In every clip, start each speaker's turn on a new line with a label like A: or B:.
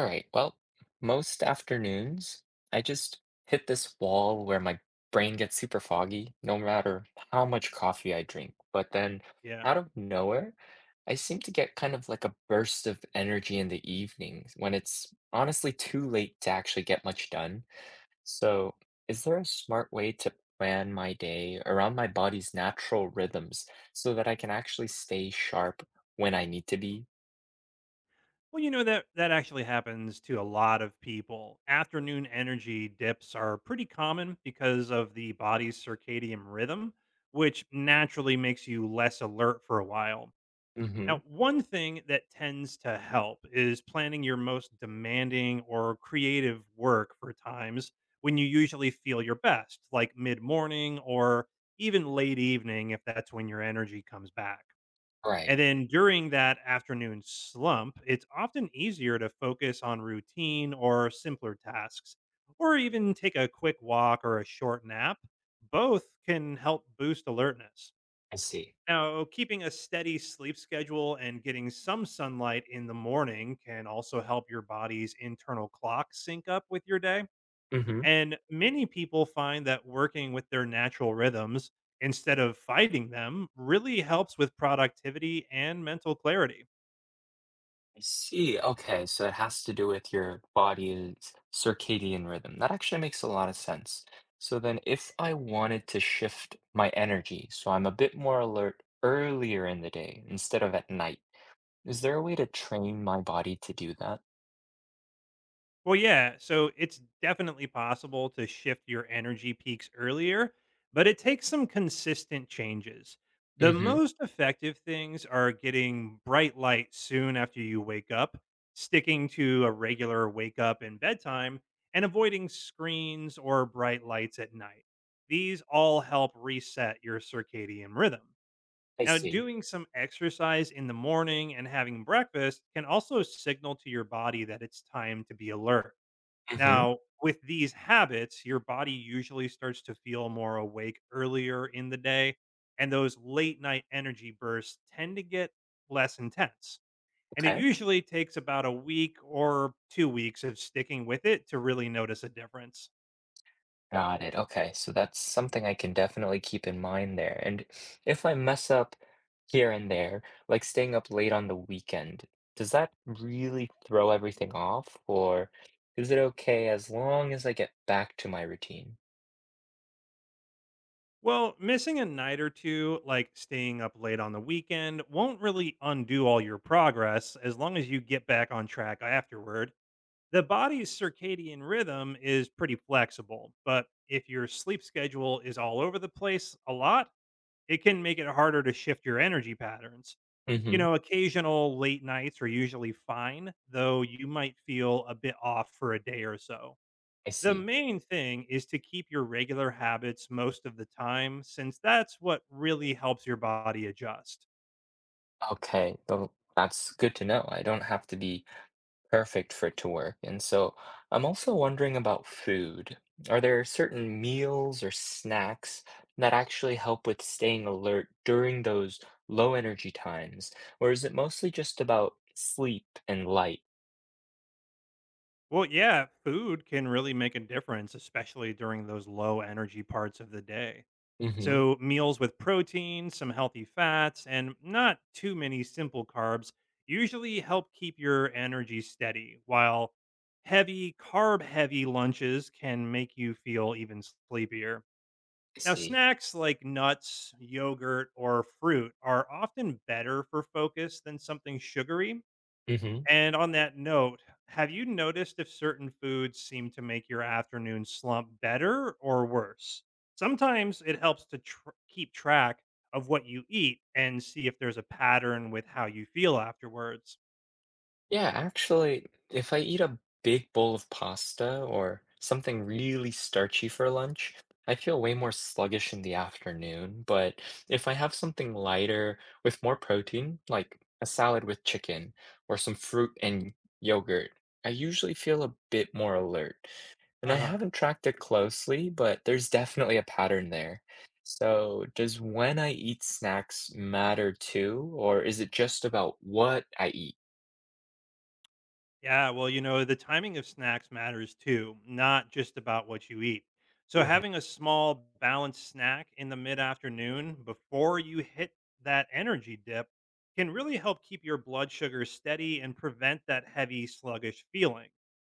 A: All right. Well, most afternoons, I just hit this wall where my brain gets super foggy, no matter how much coffee I drink. But then
B: Yeah.
A: out of nowhere, I seem to get kind of like a burst of energy in the evenings when it's honestly too late to actually get much done. So, is there a smart way to plan my day around my body's natural rhythms so that I can actually stay sharp when I need to be?
B: Well, you know that actually happens to a lot of people. Afternoon energy dips are pretty common because of the body's circadian rhythm, which naturally makes you less alert for a while.
A: Mm-hmm.
B: Now, one thing that tends to help is planning your most demanding or creative work for times when you usually feel your best, like mid-morning or even late evening if that's when your energy comes back.
A: Right.
B: And then during that afternoon slump, it's often easier to focus on routine or simpler tasks, or even take a quick walk or a short nap. Both can help boost alertness.
A: I see.
B: Now, keeping a steady sleep schedule and getting some sunlight in the morning can also help your body's internal clock sync up with your day.
A: Mm-hmm.
B: And many people find that working with their natural rhythms instead of fighting them really helps with productivity and mental clarity.
A: I see. Okay, so it has to do with your body's circadian rhythm. That actually makes a lot of sense. So then, if I wanted to shift my energy, so I'm a bit more alert earlier in the day instead of at night, is there a way to train my body to do that?
B: Well, yeah. So it's definitely possible to shift your energy peaks earlier, but it takes some consistent changes. The
A: Mm-hmm.
B: most effective things are getting bright light soon after you wake up, sticking to a regular wake up and bedtime, and avoiding screens or bright lights at night. These all help reset your circadian rhythm.
A: I
B: Now,
A: see.
B: doing some exercise in the morning and having breakfast can also signal to your body that it's time to be alert.
A: Mm-hmm.
B: Now, with these habits, your body usually starts to feel more awake earlier in the day, and those late night energy bursts tend to get less intense. And it
A: Okay.
B: usually takes about a week or 2 weeks of sticking with it to really notice a difference.
A: Got it. Okay. So that's something I can definitely keep in mind there. And if I mess up here and there, like staying up late on the weekend, does that really throw everything off? Or is it okay as long as I get back to my routine?
B: Well, missing a night or two, like staying up late on the weekend, won't really undo all your progress as long as you get back on track afterward. The body's circadian rhythm is pretty flexible, but if your sleep schedule is all over the place a lot, it can make it harder to shift your energy patterns. You
A: Hmm.
B: know, occasional late nights are usually fine, though you might feel a bit off for a day or so.
A: I
B: The
A: see.
B: main thing is to keep your regular habits most of the time, since that's what really helps your body adjust.
A: Okay. Well, that's good to know. I don't have to be perfect for it to work. And so I'm also wondering about food. Are there certain meals or snacks that actually help with staying alert during those low energy times? Or is it mostly just about sleep and light?
B: Well, yeah, food can really make a difference, especially during those low energy parts of the day.
A: Hmm.
B: So, meals with protein, some healthy fats, and not too many simple carbs usually help keep your energy steady, while heavy, carb heavy lunches can make you feel even sleepier.
A: I
B: Now,
A: see.
B: snacks like nuts, yogurt, or fruit are often better for focus than something sugary,
A: Hmm.
B: and on that note, have you noticed if certain foods seem to make your afternoon slump better or worse? Sometimes it helps to keep track of what you eat and see if there's a pattern with how you feel afterwards.
A: Yeah, actually, if I eat a big bowl of pasta or something really starchy for lunch, I feel way more sluggish in the afternoon. But if I have something lighter with more protein, like a salad with chicken or some fruit and yogurt, I usually feel a bit more alert. And I
B: Uh huh.
A: haven't tracked it closely, but there's definitely a pattern there. So, does when I eat snacks matter too, or is it just about what I eat?
B: Yeah, well, you know, the timing of snacks matters too, not just about what you eat. So, having a small, balanced snack in the mid afternoon before you hit that energy dip can really help keep your blood sugar steady and prevent that heavy, sluggish feeling.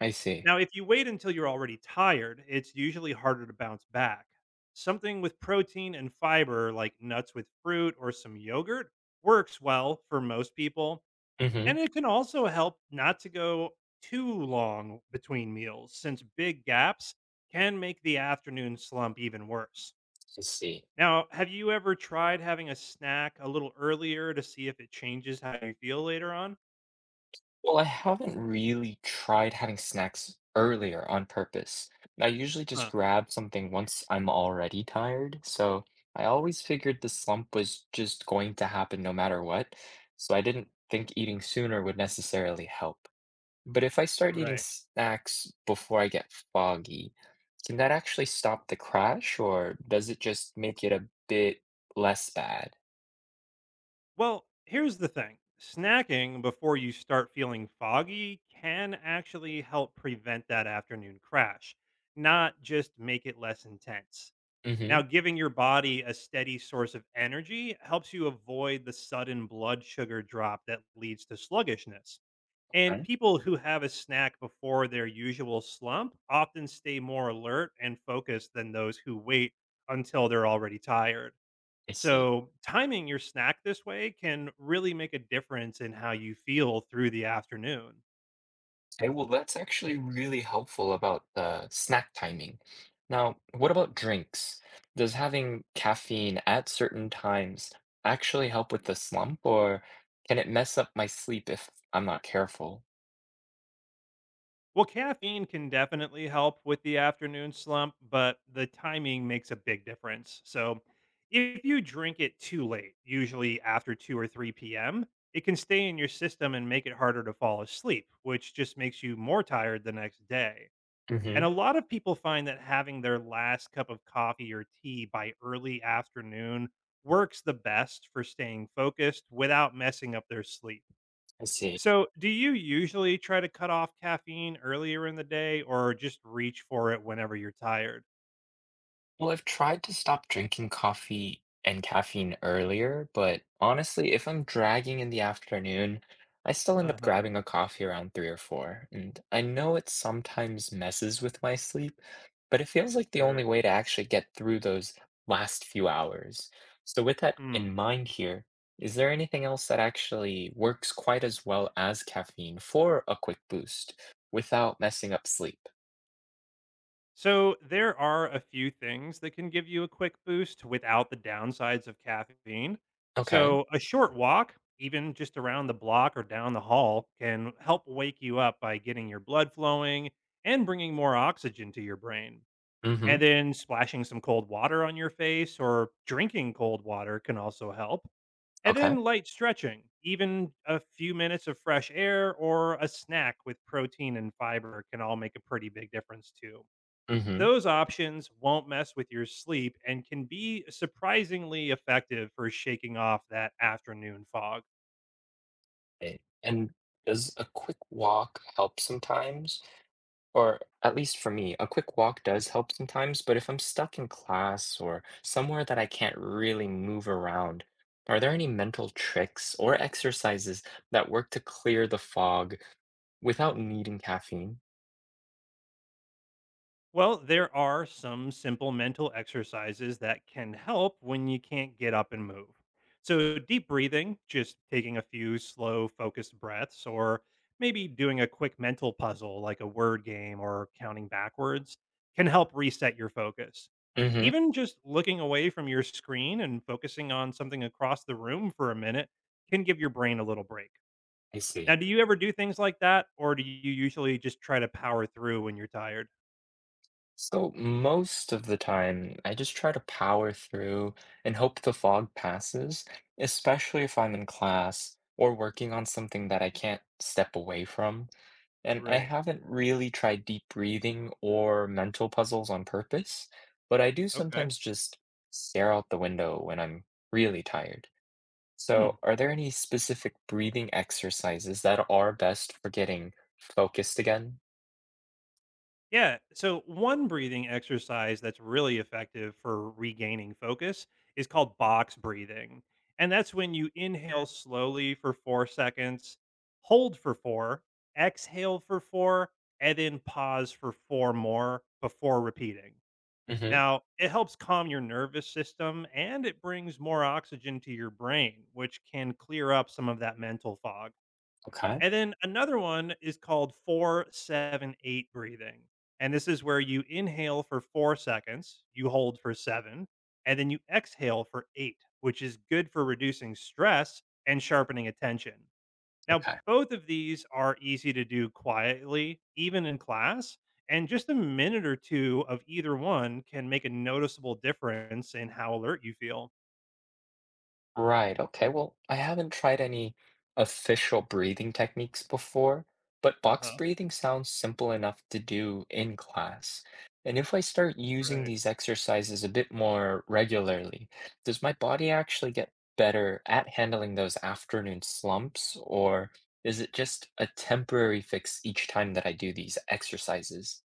A: I see.
B: Now, if you wait until you're already tired, it's usually harder to bounce back. Something with protein and fiber, like nuts with fruit or some yogurt, works well for most people,
A: Hmm.
B: and it can also help not to go too long between meals, since big gaps can make the afternoon slump even worse.
A: I see.
B: Now, have you ever tried having a snack a little earlier to see if it changes how you feel later on?
A: Well, I haven't really tried having snacks earlier on purpose. I usually just
B: Huh,
A: grab something once I'm already tired, so I always figured the slump was just going to happen no matter what, so I didn't think eating sooner would necessarily help. But if I start eating
B: right.
A: snacks before I get foggy, can that actually stop the crash, or does it just make it a bit less bad?
B: Well, here's the thing: snacking before you start feeling foggy can actually help prevent that afternoon crash, not just make it less intense.
A: Mm-hmm.
B: Now, giving your body a steady source of energy helps you avoid the sudden blood sugar drop that leads to sluggishness. And people who have a snack before their usual slump often stay more alert and focused than those who wait until they're already tired.
A: I see.
B: So, timing your snack this way can really make a difference in how you feel through the afternoon.
A: Okay, well, that's actually really helpful about the snack timing. Now, what about drinks? Does having caffeine at certain times actually help with the slump, or can it mess up my sleep if I'm not careful?
B: Well, caffeine can definitely help with the afternoon slump, but the timing makes a big difference. So, if you drink it too late, usually after 2 or 3 p.m., it can stay in your system and make it harder to fall asleep, which just makes you more tired the next day.
A: Hmm.
B: And a lot of people find that having their last cup of coffee or tea by early afternoon works the best for staying focused without messing up their sleep.
A: I see.
B: So, do you usually try to cut off caffeine earlier in the day or just reach for it whenever you're tired?
A: Well, I've tried to stop drinking coffee and caffeine earlier, but honestly, if I'm dragging in the afternoon, I still end up
B: Uh-huh.
A: grabbing a coffee around three or four. And I know it sometimes messes with my sleep, but it feels like the only
B: Sure.
A: way to actually get through those last few hours. So, with that
B: Hmm.
A: in mind here, is there anything else that actually works quite as well as caffeine for a quick boost without messing up sleep?
B: So, there are a few things that can give you a quick boost without the downsides of caffeine.
A: Okay.
B: So, a short walk, even just around the block or down the hall, can help wake you up by getting your blood flowing and bringing more oxygen to your brain.
A: Mm-hmm.
B: And then splashing some cold water on your face or drinking cold water can also help. And
A: Okay.
B: then light stretching, even a few minutes of fresh air or a snack with protein and fiber can all make a pretty big difference too.
A: Mm-hmm.
B: Those options won't mess with your sleep and can be surprisingly effective for shaking off that afternoon fog.
A: It. And does a quick walk help sometimes? Or at least for me, a quick walk does help sometimes, but if I'm stuck in class or somewhere that I can't really move around, are there any mental tricks or exercises that work to clear the fog without needing caffeine?
B: Well, there are some simple mental exercises that can help when you can't get up and move. So, deep breathing, just taking a few slow, focused breaths, or maybe doing a quick mental puzzle like a word game or counting backwards, can help reset your focus.
A: Hmm.
B: Even just looking away from your screen and focusing on something across the room for a minute can give your brain a little break.
A: I see.
B: Now, do you ever do things like that, or do you usually just try to power through when you're tired?
A: So most of the time, I just try to power through and hope the fog passes, especially if I'm in class or working on something that I can't step away from. And I
B: Right.
A: haven't really tried deep breathing or mental puzzles on purpose, but I do
B: Okay.
A: sometimes just stare out the window when I'm really tired.
B: Hmm.
A: So, are there any specific breathing exercises that are best for getting focused again?
B: Yeah. So, one breathing exercise that's really effective for regaining focus is called box breathing. And that's when you inhale slowly for 4 seconds, hold for four, exhale for four, and then pause for four more before repeating.
A: Hmm.
B: Now, it helps calm your nervous system and it brings more oxygen to your brain, which can clear up some of that mental fog.
A: Okay.
B: And then another one is called 478 breathing. And this is where you inhale for 4 seconds, you hold for 7, and then you exhale for 8, which is good for reducing stress and sharpening attention. Now,
A: Okay.
B: both of these are easy to do quietly, even in class, and just a minute or two of either one can make a noticeable difference in how alert you feel.
A: Right. Okay. Well, I haven't tried any official breathing techniques before, but box
B: Uh-huh.
A: breathing sounds simple enough to do in class. And if I start using
B: Right.
A: these exercises a bit more regularly, does my body actually get better at handling those afternoon slumps, or is it just a temporary fix each time that I do these exercises?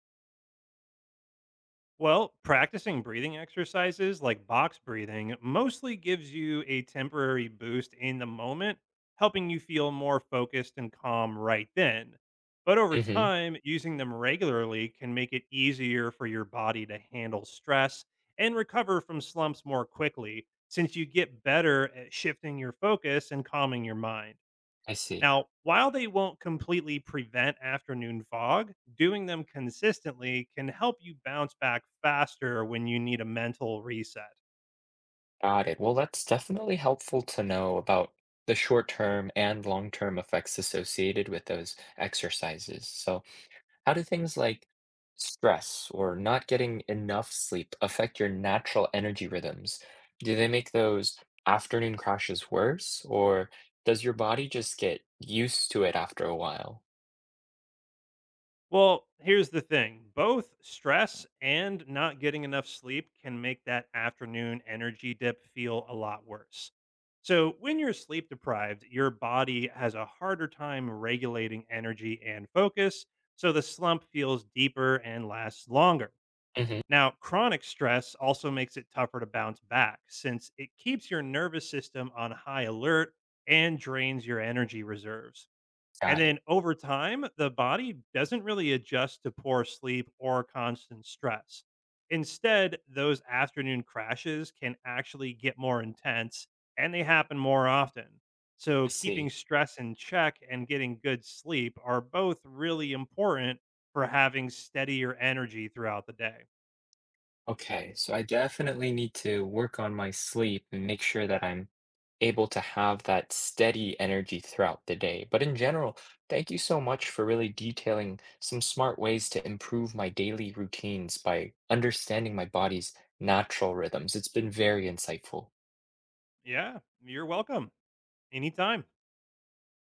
B: Well, practicing breathing exercises like box breathing mostly gives you a temporary boost in the moment, helping you feel more focused and calm right then. But over
A: Mm-hmm.
B: time, using them regularly can make it easier for your body to handle stress and recover from slumps more quickly, since you get better at shifting your focus and calming your mind.
A: I see.
B: Now, while they won't completely prevent afternoon fog, doing them consistently can help you bounce back faster when you need a mental reset.
A: Got it. Well, that's definitely helpful to know about the short-term and long-term effects associated with those exercises. So, how do things like stress or not getting enough sleep affect your natural energy rhythms? Do they make those afternoon crashes worse, or does your body just get used to it after a while?
B: Well, here's the thing: both stress and not getting enough sleep can make that afternoon energy dip feel a lot worse. So, when you're sleep deprived, your body has a harder time regulating energy and focus, so the slump feels deeper and lasts longer.
A: Hmm.
B: Now, chronic stress also makes it tougher to bounce back since it keeps your nervous system on high alert and drains your energy reserves. And
A: Got it.
B: then over time, the body doesn't really adjust to poor sleep or constant stress. Instead, those afternoon crashes can actually get more intense and they happen more often. So,
A: I
B: keeping
A: see.
B: stress in check and getting good sleep are both really important for having steadier energy throughout the day.
A: Okay, so I definitely need to work on my sleep and make sure that I'm able to have that steady energy throughout the day. But in general, thank you so much for really detailing some smart ways to improve my daily routines by understanding my body's natural rhythms. It's been very insightful.
B: Yeah, you're welcome. Anytime.